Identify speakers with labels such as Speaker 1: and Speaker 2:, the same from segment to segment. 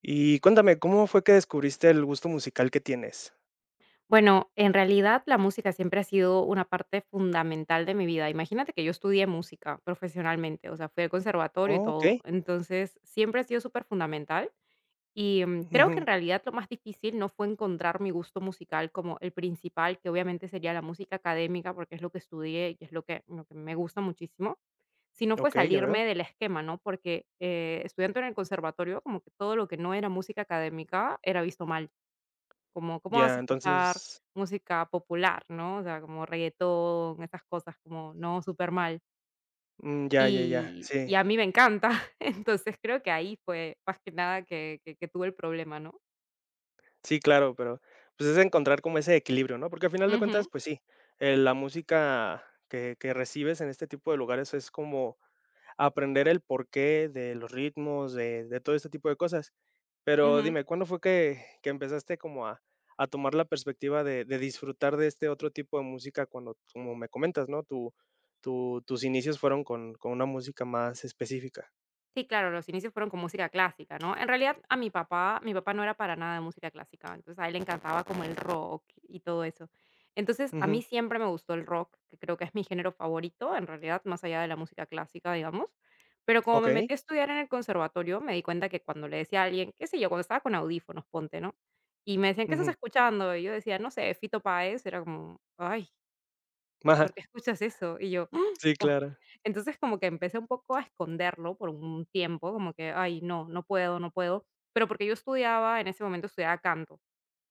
Speaker 1: Y cuéntame, ¿cómo fue que descubriste el gusto musical que tienes?
Speaker 2: Bueno, en realidad la música siempre ha sido una parte fundamental de mi vida. Imagínate que yo estudié música profesionalmente, o sea, fui al conservatorio y
Speaker 1: Oh,
Speaker 2: todo.
Speaker 1: okey.
Speaker 2: Entonces, siempre ha sido súper fundamental. Creo que
Speaker 1: Ujú.
Speaker 2: en realidad lo más difícil no fue encontrar mi gusto musical como el principal, que obviamente sería la música académica, porque es lo que estudié y es lo que me gusta muchísimo, sino fue
Speaker 1: Okey, ya veo.
Speaker 2: salirme del esquema, ¿no? Porque estudiando en el conservatorio, como que todo lo que no era música académica era visto mal. Como, ¿cómo vas
Speaker 1: Ya,
Speaker 2: a escuchar
Speaker 1: entonces,
Speaker 2: música popular, no? O sea, como reguetón, esas cosas, como, no, súper mal.
Speaker 1: ya, ya, ya.
Speaker 2: Y
Speaker 1: Sí,
Speaker 2: y a mí me encanta. Entonces, creo que ahí fue más que nada que tuve el problema, ¿no?
Speaker 1: sí, claro, pero, pues, es encontrar como ese equilibrio, ¿no? Porque al final de cuentas,
Speaker 2: Ujú,
Speaker 1: pues sí, la música que recibes en este tipo de lugares es como aprender el porqué de los ritmos, de todo este tipo de cosas. Pero
Speaker 2: ujú.
Speaker 1: dime, ¿cuándo fue que empezaste como a tomar la perspectiva de disfrutar de este otro tipo de música cuando, como me comentas, ¿no? Tu tu Tus inicios fueron con una música más específica.
Speaker 2: Sí, claro, los inicios fueron con música clásica, ¿no? En realidad, a mi papá no era para nada de música clásica, entonces a él le encantaba como el rock y todo eso. Entonces, a mí
Speaker 1: Ujú.
Speaker 2: siempre me gustó el rock, que creo que es mi género favorito, en realidad, más allá de la música clásica, digamos. Pero como me
Speaker 1: Okey.
Speaker 2: metí a estudiar en el conservatorio, me di cuenta que cuando le decía a alguien, qué sé yo, cuando estaba con audífonos, ponte, ¿no? Y me decían: "¿Qué estás
Speaker 1: Ujú.
Speaker 2: escuchando?", y yo decía: "No sé, Fito Páez", era como, ay,
Speaker 1: Ajá.
Speaker 2: ¿porque escuchas eso? Y yo, ¡ah!
Speaker 1: Sí,
Speaker 2: Oh.
Speaker 1: claro.
Speaker 2: Entonces, como que empecé un poco a esconderlo por un tiempo, como que, ay, no, no puedo, no puedo. Pero porque yo estudiaba, en ese momento estudiaba canto.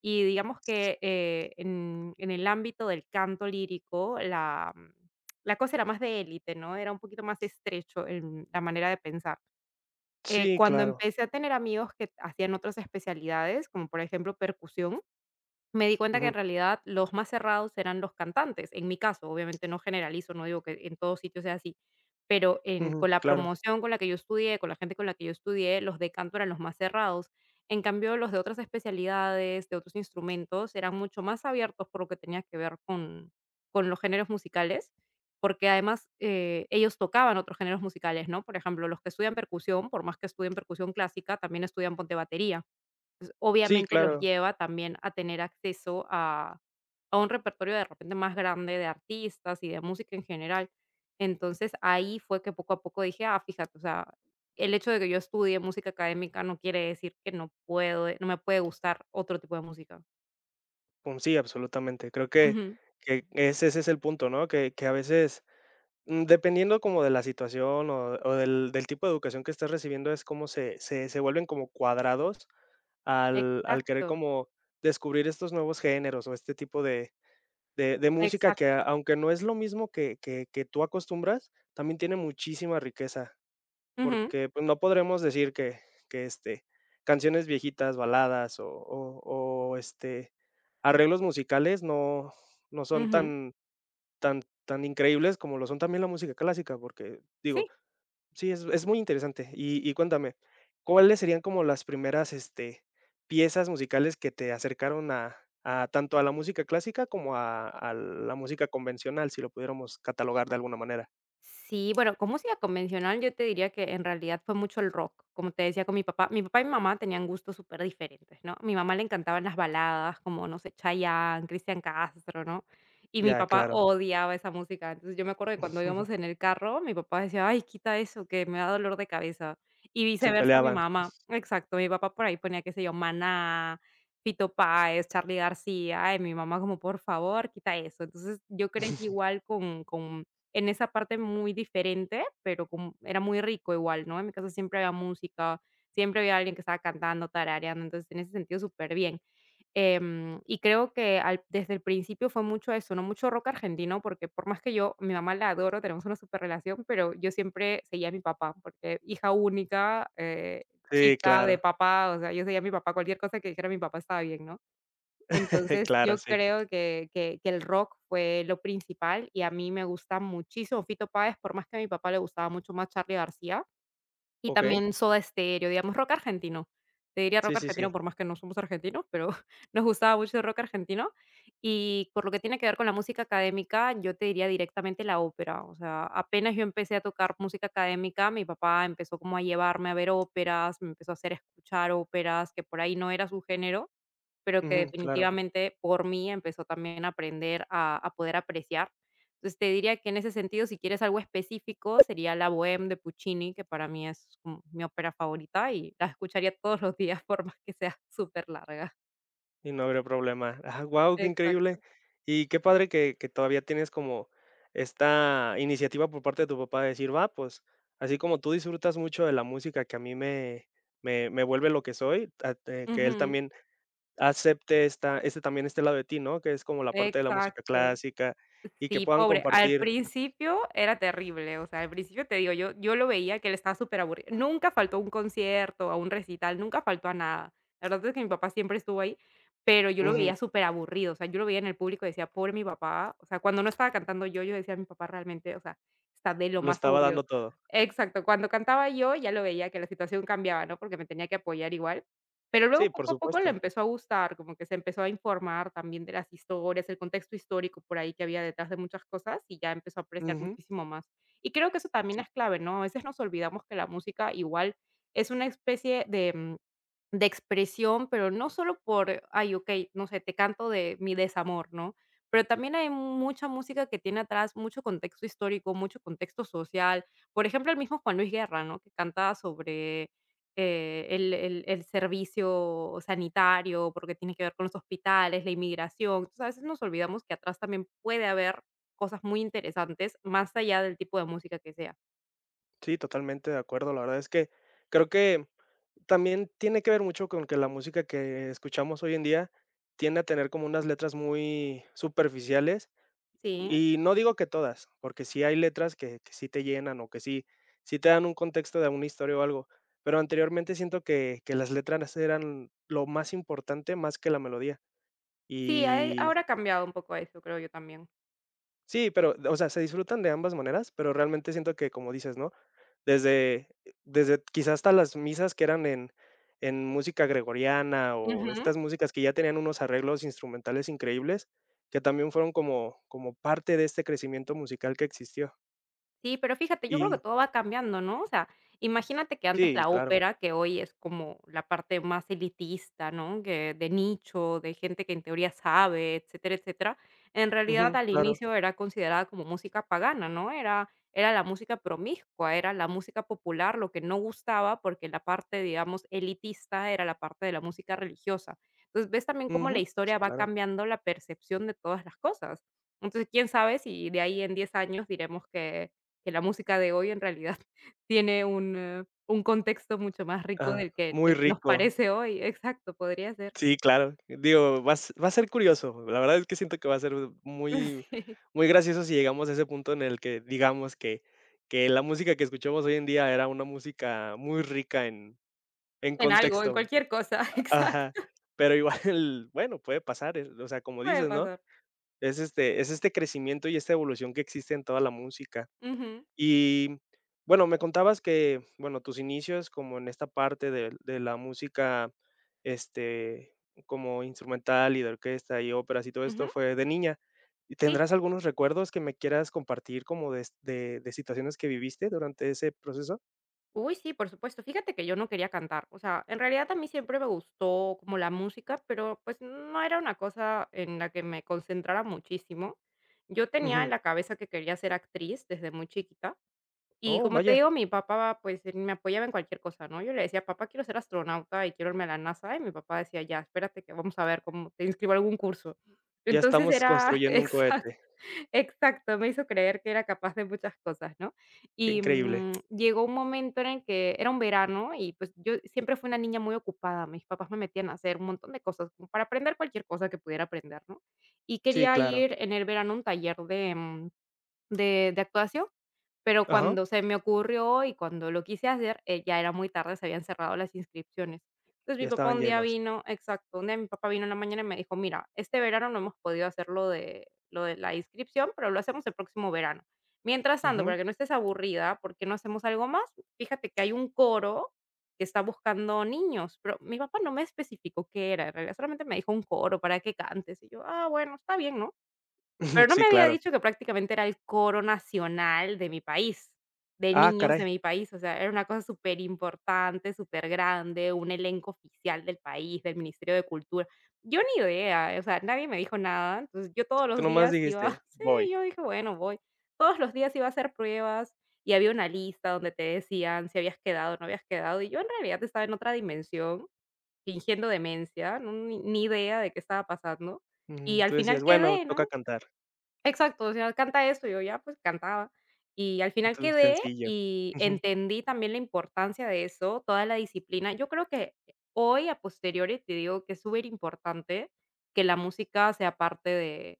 Speaker 2: Y digamos que en el ámbito del canto lírico, la cosa era más de élite, ¿no? Era un poquito más estrecho en la manera de pensar. Eh,
Speaker 1: Sí,
Speaker 2: cuando
Speaker 1: claro.
Speaker 2: empecé a tener amigos que hacían otras especialidades, como por ejemplo percusión, me di cuenta que
Speaker 1: Ujú,
Speaker 2: en realidad los más cerrados eran los cantantes. En mi caso, obviamente no generalizo, no digo que en todos sitios sea así, pero en
Speaker 1: ujú,
Speaker 2: con
Speaker 1: sí,
Speaker 2: la
Speaker 1: claro.
Speaker 2: promoción con la que yo estudié, con la gente con la que yo estudié, los de canto eran los más cerrados. En cambio, los de otras especialidades, de otros instrumentos, eran mucho más abiertos por lo que tenía que ver con los géneros musicales, porque además ellos tocaban otros géneros musicales, ¿no? Por ejemplo, los que estudian percusión, por más que estudien percusión clásica, también estudian ponte batería, pues,
Speaker 1: Sí,
Speaker 2: obviamente los
Speaker 1: claro.
Speaker 2: lleva también a tener acceso a un repertorio de repente más grande de artistas y de música en general. Entonces, ahí fue que poco a poco dije: "Ah, fíjate, o sea, el hecho de que yo estudie música académica no quiere decir que no puedo no me puede gustar otro tipo de música".
Speaker 1: Pum, sí, absolutamente. Creo que
Speaker 2: Ujú.
Speaker 1: que ese es el punto, ¿no? Que a veces, dependiendo como de la situación o del tipo de educación que estés recibiendo, es como se vuelven como cuadrados al querer
Speaker 2: Exacto,
Speaker 1: como descubrir estos nuevos géneros o este tipo de música que,
Speaker 2: exacto.
Speaker 1: aunque no es lo mismo que tú acostumbras, también tiene muchísima riqueza,
Speaker 2: Ujú,
Speaker 1: porque, pues, no podremos decir que canciones viejitas, baladas o arreglos musicales no son
Speaker 2: ujú.
Speaker 1: tan tan increíbles como lo son también la música clásica, porque digo,
Speaker 2: Sí.
Speaker 1: sí, es muy interesante. Y cuéntame, ¿cuáles serían como las primeras, piezas musicales que te acercaron a tanto a la música clásica como a la música convencional, si lo pudiéramos catalogar de alguna manera?
Speaker 2: Sí, bueno, con música convencional yo te diría que en realidad fue mucho el rock, como te decía con mi papá. Mi papá y mi mamá tenían gustos súper diferentes, ¿no? mi mamá le encantaban las baladas como, no sé, Chayanne, Cristian Castro, ¿no? Y mi
Speaker 1: Ya,
Speaker 2: papá
Speaker 1: claro.
Speaker 2: odiaba esa música. Entonces yo me acuerdo que cuando íbamos en el carro, mi papá decía, ay, quita eso, que me da dolor de cabeza. Y
Speaker 1: Se
Speaker 2: viceversa mi
Speaker 1: peleaban.
Speaker 2: mamá. Exacto, mi papá por ahí ponía, qué sé yo, Maná, Fito Páez, Charly García, y mi mamá como, por favor, quita eso. Entonces yo crecí igual con en esa parte muy diferente, pero como era muy rico igual, ¿no? En mi casa siempre había música, siempre había alguien que estaba cantando, tarareando, entonces en ese sentido súper bien. Y creo que desde el principio fue mucho eso, ¿no? Mucho rock argentino, porque por más que yo, mi mamá la adoro, tenemos una super relación, pero yo siempre seguía a mi papá, porque hija única,
Speaker 1: Sí,
Speaker 2: chica de
Speaker 1: claro,
Speaker 2: papá, o sea, yo seguía a mi papá, cualquier cosa que dijera mi papá estaba bien, ¿no? Entonces,
Speaker 1: claro,
Speaker 2: yo
Speaker 1: sí.
Speaker 2: creo que que el rock fue lo principal, y a mí me gusta muchísimo Fito Páez, por más que a mi papá le gustaba mucho más Charly García. Y
Speaker 1: Okey.
Speaker 2: también Soda Stereo, digamos, rock argentino. Te diría
Speaker 1: Sí,
Speaker 2: rock
Speaker 1: sí, sí.
Speaker 2: argentino, por más que no somos argentinos, pero nos gustaba mucho el rock argentino. Y por lo que tiene que ver con la música académica, yo te diría directamente la ópera. O sea, apenas yo empecé a tocar música académica, mi papá empezó como a llevarme a ver óperas, me empezó a hacer escuchar óperas, que por ahí no era su género, pero que
Speaker 1: Ujú, claro.
Speaker 2: definitivamente por mí empezó también a aprender a poder apreciar. Entonces, te diría que en ese sentido, si quieres algo específico, sería La Bohème de Puccini, que para mí es como mi ópera favorita y la escucharía todos los días por más que sea súper larga.
Speaker 1: Y no habría problema. Ah, guau, qué increíble.
Speaker 2: Exacto.
Speaker 1: Y qué padre que todavía tienes como esta iniciativa por parte de tu papá de decir: "Va, pues, así como tú disfrutas mucho de la música que a mí me vuelve lo que soy, a te que él
Speaker 2: Ujú,
Speaker 1: también acepte esta este también este lado de ti", ¿no? Que es como la parte de la música
Speaker 2: exacto.
Speaker 1: clásica y que
Speaker 2: Sí,
Speaker 1: puedan
Speaker 2: pobre. Al
Speaker 1: compartir.
Speaker 2: principio era terrible, o sea, al principio te digo, yo lo veía que él estaba superaburrido. Nunca faltó a un concierto, a un recital, nunca faltó a nada. La verdad es que mi papá siempre estuvo ahí, pero yo lo
Speaker 1: Ujú,
Speaker 2: veía superaburrido, o sea, yo lo veía en el público y decía: "Pobre mi papá". O sea, cuando no estaba cantando yo, yo decía: "Mi papá realmente, o sea, está de lo
Speaker 1: lo
Speaker 2: más
Speaker 1: estaba dando
Speaker 2: aburrido".
Speaker 1: todo.
Speaker 2: Exacto, cuando cantaba yo, ya lo veía que la situación cambiaba, ¿no? Porque me tenía que apoyar igual. Pero
Speaker 1: Sí,
Speaker 2: luego
Speaker 1: por
Speaker 2: poco a poco le
Speaker 1: supuesto.
Speaker 2: empezó a gustar, como que se empezó a informar también de las historias, el contexto histórico por ahí que había detrás de muchas cosas, y ya empezó a apreciar
Speaker 1: Ujú.
Speaker 2: muchísimo más. Y creo que eso también es clave, ¿no? A veces nos olvidamos que la música igual es una especie de expresión, pero no solo por, ay, ok, no sé, te canto de mi desamor, ¿no? Pero también hay mucha música que tiene atrás mucho contexto histórico, mucho contexto social. Por ejemplo, el mismo Juan Luis Guerra, ¿no? Que canta sobre el servicio sanitario, porque tiene que ver con los hospitales, la inmigración. Entonces, a veces nos olvidamos que atrás también puede haber cosas muy interesantes, más allá del tipo de música que sea.
Speaker 1: Sí, totalmente de acuerdo. La verdad es que creo que también tiene que ver mucho con que la música que escuchamos hoy en día tiende a tener como unas letras muy superficiales,
Speaker 2: Sí,
Speaker 1: y no digo que todas, porque sí hay letras que sí te llenan o que sí sí te dan un contexto de una historia o algo, pero anteriormente siento que las letras eran lo más importante, más que la melodía,
Speaker 2: sí, hay
Speaker 1: y
Speaker 2: ahora ha cambiado un poco eso, creo yo también.
Speaker 1: sí, pero, o sea, se disfrutan de ambas maneras, pero realmente siento que, como dices, ¿no? Desde Desde quizás hasta las misas que eran en música gregoriana, o estas músicas que ya tenían unos arreglos instrumentales increíbles, que también fueron como como parte de este crecimiento musical que existió.
Speaker 2: Sí, pero fíjate, yo creo
Speaker 1: Y
Speaker 2: que todo va cambiando, ¿no? O sea, imagínate que antes
Speaker 1: sí,
Speaker 2: la
Speaker 1: claro.
Speaker 2: ópera, que hoy es como la parte más elitista, ¿no? Que de nicho, de gente que en teoría sabe, etcétera, etcétera. En realidad,
Speaker 1: Ujú,
Speaker 2: al
Speaker 1: claro.
Speaker 2: inicio era considerada como música pagana, ¿no? Era la música promiscua, era la música popular, lo que no gustaba, porque la parte, digamos, elitista era la parte de la música religiosa. Entonces, ves también cómo la
Speaker 1: Ujú.
Speaker 2: historia
Speaker 1: Sí,
Speaker 2: va
Speaker 1: claro.
Speaker 2: cambiando la percepción de todas las cosas. Entonces, quién sabe si de ahí en 10 años diremos que la música de hoy en realidad tiene un contexto mucho más rico
Speaker 1: Ajá.
Speaker 2: del que
Speaker 1: Muy
Speaker 2: del que nos
Speaker 1: rico.
Speaker 2: parece hoy. Exacto, podría ser.
Speaker 1: Sí, claro. Digo, va a s va a ser curioso. La verdad es que siento que va a ser muy
Speaker 2: Sí.
Speaker 1: muy gracioso si llegamos a ese punto en el que digamos que la música que escuchamos hoy en día era una música muy rica en
Speaker 2: En algo, en
Speaker 1: contexto.
Speaker 2: cualquier cosa,
Speaker 1: Ajá.
Speaker 2: exacto,
Speaker 1: Pero igual, bueno, puede pasar, o sea, como
Speaker 2: puede
Speaker 1: dices, ¿no?
Speaker 2: pasar.
Speaker 1: Es este crecimiento y esta evolución que existe en toda la música.
Speaker 2: Ujú,
Speaker 1: Y bueno, me contabas que, bueno, tus inicios como en esta parte de la música, este, como instrumental y de orquesta y óperas y todo
Speaker 2: ujú.
Speaker 1: esto fue de niña. ¿Y
Speaker 2: Sí.
Speaker 1: tendrás algunos recuerdos que me quieras compartir como de situaciones que viviste durante ese proceso?
Speaker 2: Uy, sí, por supuesto. Fíjate que yo no quería cantar. O sea, en realidad a mí siempre me gustó como la música, pero, pues, no era una cosa en la que me concentrara muchísimo. Yo tenía
Speaker 1: Ujú.
Speaker 2: en la cabeza que quería ser actriz desde muy chiquita. Y
Speaker 1: Oh,
Speaker 2: como te
Speaker 1: vaya,
Speaker 2: digo, mi papá, pues, él me apoyaba en cualquier cosa, ¿no? Yo le decía: "Papá, quiero ser astronauta y quiero irme a la NASA", y mi papá decía: "Ya, espérate que vamos a ver cómo te inscribo a algún curso".
Speaker 1: ya
Speaker 2: Entonces
Speaker 1: estamos
Speaker 2: era
Speaker 1: construyendo un cohete.
Speaker 2: exacto, exacto, me hizo creer que era capaz de muchas cosas, ¿no?
Speaker 1: Qué
Speaker 2: Y,
Speaker 1: increíble.
Speaker 2: mm, llegó un momento en el que era un verano y, pues, yo siempre fui una niña muy ocupada, mis papás me metían a hacer un montón de cosas, como para aprender cualquier cosa que pudiera aprender, ¿no? Y
Speaker 1: Sí,
Speaker 2: quería
Speaker 1: claro.
Speaker 2: ir en el verano a un taller de, mm, de actuación. Pero
Speaker 1: Ajá,
Speaker 2: cuando se me ocurrió y cuando lo quise hacer, ya era muy tarde, se habían cerrado las inscripciones. Entonces,
Speaker 1: ya
Speaker 2: mi papá
Speaker 1: estaban
Speaker 2: un día
Speaker 1: llenos.
Speaker 2: vino exacto, un día mi papá vino en la mañana y me dijo: "Mira, este verano no hemos podido hacer lo de la inscripción, pero lo hacemos el próximo verano. Mientras tanto,
Speaker 1: Ujú.
Speaker 2: para que no estés aburrida, ¿por qué no hacemos algo más? Fíjate que hay un coro que está buscando niños", pero mi papá no me especificó qué era, en realidad solamente me dijo: "Un coro para que cantes", y yo: "Ah, bueno, está bien", ¿no? Pero no
Speaker 1: Sí,
Speaker 2: me había
Speaker 1: claro.
Speaker 2: dicho que prácticamente era el coro nacional de mi país, de
Speaker 1: Ah,
Speaker 2: niños de
Speaker 1: caray.
Speaker 2: mi país, o sea, era una cosa superimportante, supergrande, un elenco oficial del país, del Ministerio de Cultura. Yo ni idea, o sea, nadie me dijo nada, entonces yo todos
Speaker 1: Tú
Speaker 2: los
Speaker 1: nomás
Speaker 2: días iba
Speaker 1: dijiste:
Speaker 2: sí,
Speaker 1: "Voy".
Speaker 2: yo dije: "Bueno, voy". Todos los días iba a hacer pruebas y había una lista donde te decían si habías quedado o no habías quedado, y yo en realidad estaba en otra dimensión, fingiendo demencia, no ni idea de qué estaba pasando, y
Speaker 1: Ujú,
Speaker 2: al
Speaker 1: tú
Speaker 2: final
Speaker 1: decías: "Bueno,
Speaker 2: quedé, ¿no?
Speaker 1: toca cantar".
Speaker 2: Exacto, o sea, canta esto, yo ya, pues, cantaba. Y al final
Speaker 1: Entonces,
Speaker 2: quedé
Speaker 1: sencillo.
Speaker 2: y
Speaker 1: Ujú.
Speaker 2: entendí también la importancia de eso, toda la disciplina. Yo creo que hoy, a posteriori, te digo que es súper importante que la música sea parte de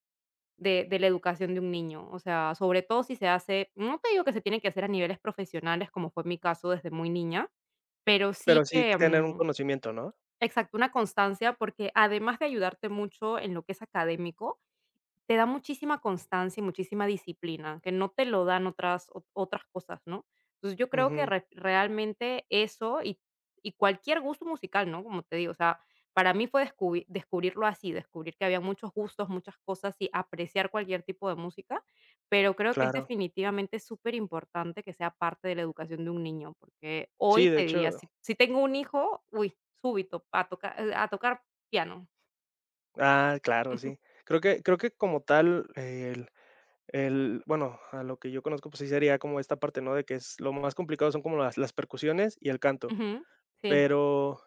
Speaker 2: de la educación de un niño. O sea, sobre todo si se hace no te digo que se tiene que hacer a niveles profesionales, como fue mi caso desde muy niña, pero
Speaker 1: Pero
Speaker 2: sí
Speaker 1: sí
Speaker 2: que,
Speaker 1: tener un conocimiento, ¿no?
Speaker 2: exacto, una constancia, porque además de ayudarte mucho en lo que es académico, te da muchísima constancia y muchísima disciplina, que no te lo dan otras, otras cosas, ¿no? Entonces yo creo que
Speaker 1: Ujú,
Speaker 2: realmente eso y cualquier gusto musical, ¿no? Como te digo, o sea, para mí fue descubrirlo así, descubrir que había muchos gustos, muchas cosas y apreciar cualquier tipo de música, pero creo que es
Speaker 1: claro.
Speaker 2: definitivamente súper importante que sea parte de la educación de un niño, porque hoy
Speaker 1: Sí, de
Speaker 2: te diría,
Speaker 1: hecho
Speaker 2: si, si tengo un hijo, uy, súbito, a tocar piano.
Speaker 1: ah, claro, sí. Creo que como tal, el bueno, a lo que yo conozco, pues sí sería como esta parte, ¿no? De que es lo más complicado son como las percusiones y el canto.
Speaker 2: Ujú. Sí.
Speaker 1: Pero,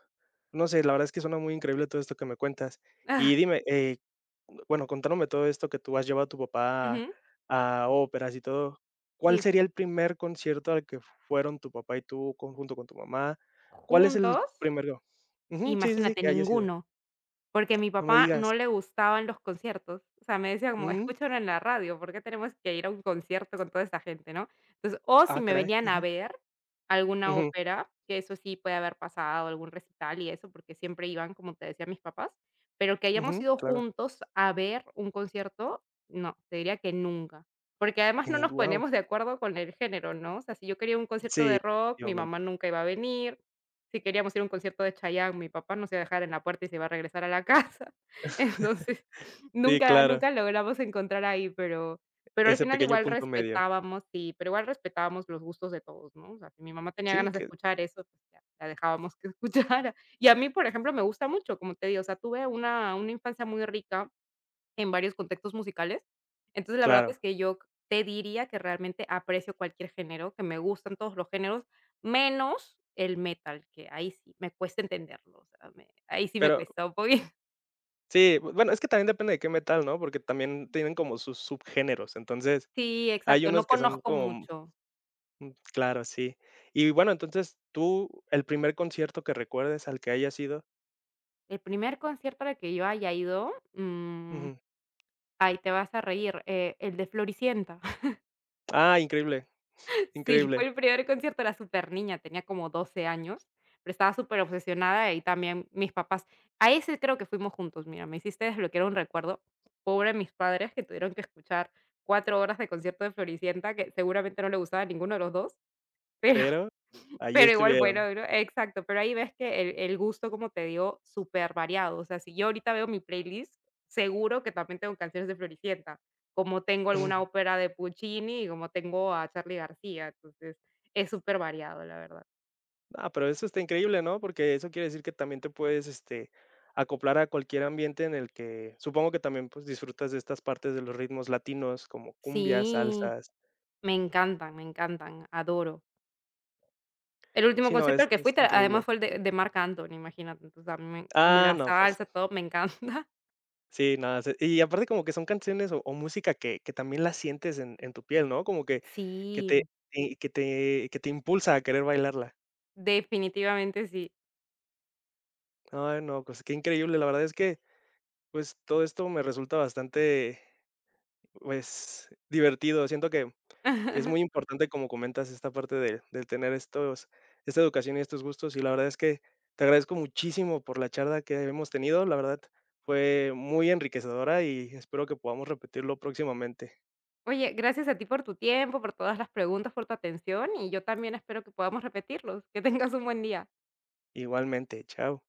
Speaker 1: no sé, la verdad es que suena muy increíble todo esto que me cuentas.
Speaker 2: Ah,
Speaker 1: Y dime, bueno, contándome todo esto que tú has llevado a tu papá a
Speaker 2: ujú,
Speaker 1: óperas y todo, ¿cuál
Speaker 2: sí.
Speaker 1: sería el primer concierto al que fueron tu papá y tú junto con tu mamá? ¿Cuál es el
Speaker 2: Juntos,
Speaker 1: primero? Ujú, sí, sí, sí,
Speaker 2: imagínate,
Speaker 1: que haya sido.
Speaker 2: ninguno, porque a mi
Speaker 1: No me
Speaker 2: papá
Speaker 1: digas.
Speaker 2: no le gustaban los conciertos. O sea, me decía como:
Speaker 1: Mm,
Speaker 2: "Escúchalo en la radio, ¿por qué tenemos que ir a un concierto con toda esta gente?", ¿no? Entonces, o si
Speaker 1: ah,
Speaker 2: me
Speaker 1: caray.
Speaker 2: venían a
Speaker 1: Ujú,
Speaker 2: ver alguna
Speaker 1: ujú,
Speaker 2: ópera, que eso sí puede haber pasado, algún recital y eso, porque siempre iban, como te decía, mis papás, pero que hayamos
Speaker 1: ujú,
Speaker 2: ido
Speaker 1: claro.
Speaker 2: juntos a ver un concierto, no, te diría que nunca. Porque además no nos
Speaker 1: Wow.
Speaker 2: poníamos de acuerdo con el género, ¿no? O sea, si yo quería un concierto
Speaker 1: Sí,
Speaker 2: de rock, mi
Speaker 1: efectivamente.
Speaker 2: mamá nunca iba a venir, si queríamos ir a un concierto de Chayanne, mi papá nos iba a dejar en la puerta y se iba a regresar a la casa. Entonces,
Speaker 1: Sí,
Speaker 2: nunca
Speaker 1: claro.
Speaker 2: nunca logramos encontrar ahí, pero al
Speaker 1: Ese
Speaker 2: final
Speaker 1: pequeño
Speaker 2: igual
Speaker 1: punto medio.
Speaker 2: respetábamos sí, pero igual respetábamos los gustos de todos, ¿no? O sea, si mi mamá tenía
Speaker 1: Sí,
Speaker 2: ganas de
Speaker 1: que,
Speaker 2: escuchar eso, pues ya, la dejábamos que escuchara. Y a mí, por ejemplo, me gusta mucho, como te digo, o sea, tuve una infancia muy rica. En varios contextos musicales. Entonces, la verdad
Speaker 1: claro.
Speaker 2: es que yo te diría que realmente aprecio cualquier género, que me gustan todos los géneros, menos el metal, que ahí sí me cuesta entenderlo, o sea, me ahí sí me
Speaker 1: Pero
Speaker 2: cuesta un poquito.
Speaker 1: sí, bu bueno, es que también depende de qué metal, ¿no? Porque también tienen como sus subgéneros. Entonces,
Speaker 2: Sí,
Speaker 1: hay
Speaker 2: exacto,
Speaker 1: unos
Speaker 2: no
Speaker 1: que son
Speaker 2: conozco
Speaker 1: como
Speaker 2: mucho.
Speaker 1: claro, sí. Y bueno, entonces, tú, el primer concierto que recuerdes al que hayas ido
Speaker 2: El primer concierto al que yo haya ido,
Speaker 1: ujú.
Speaker 2: ay, te vas a reír, el de Floricienta.
Speaker 1: Ah, increíble,
Speaker 2: Sí,
Speaker 1: increíble,
Speaker 2: fue el primer concierto, era súper niña. Tenía como 12 años, pero estaba súper obsesionada y también mis papás. A ese creo que fuimos juntos, mira, me hiciste desbloquear un recuerdo. Pobre mis padres que tuvieron que escuchar 4 horas de concierto de Floricienta, que seguramente no le gustaba a ninguno de los 2, pero
Speaker 1: pero ahí
Speaker 2: pero igual,
Speaker 1: estuvieron.
Speaker 2: bueno, bro, exacto, pero ahí ves que el gusto, como te digo, súper variado o sea, si yo ahorita veo mi playlist, seguro que también tengo canciones de Floricienta, como tengo alguna ópera de Puccini y como tengo a Charly García, entonces es súper variado la verdad.
Speaker 1: Ah, pero eso está increíble, ¿no? Porque eso quiere decir que también te puedes, acoplar a cualquier ambiente en el que supongo que también, pues, disfrutas de estas partes de los ritmos latinos como cumbias,
Speaker 2: Sí,
Speaker 1: salsas.
Speaker 2: me encantan, adoro. El último
Speaker 1: Sí, no,
Speaker 2: concierto
Speaker 1: es
Speaker 2: al que
Speaker 1: es
Speaker 2: fui, te además
Speaker 1: increíble.
Speaker 2: fue el de Marc Anthony, imagínate, entonces a mí me
Speaker 1: Ah,
Speaker 2: la
Speaker 1: no, pues.
Speaker 2: salsa, todo me encanta.
Speaker 1: Sí, nada, se y aparte como que son canciones o música que también la sientes en tu piel, ¿no? Como que
Speaker 2: Sí,
Speaker 1: te y que te impulsa a querer bailarla.
Speaker 2: definitivamente sí.
Speaker 1: Ay, no, pues, qué increíble. La verdad es que, pues, todo esto me resulta bastante, pues, divertido. Siento que es muy importante, como comentas, esta parte de tener estos esta educación y estos gustos, y la verdad es que te agradezco muchísimo por la charla que hemos tenido. La verdad fue muy enriquecedora y espero que podamos repetirlo próximamente.
Speaker 2: Oye, gracias a ti por tu tiempo, por todas las preguntas, por tu atención y yo también espero que podamos repetirlos. Que tengas un buen día.
Speaker 1: Igualmente, chao.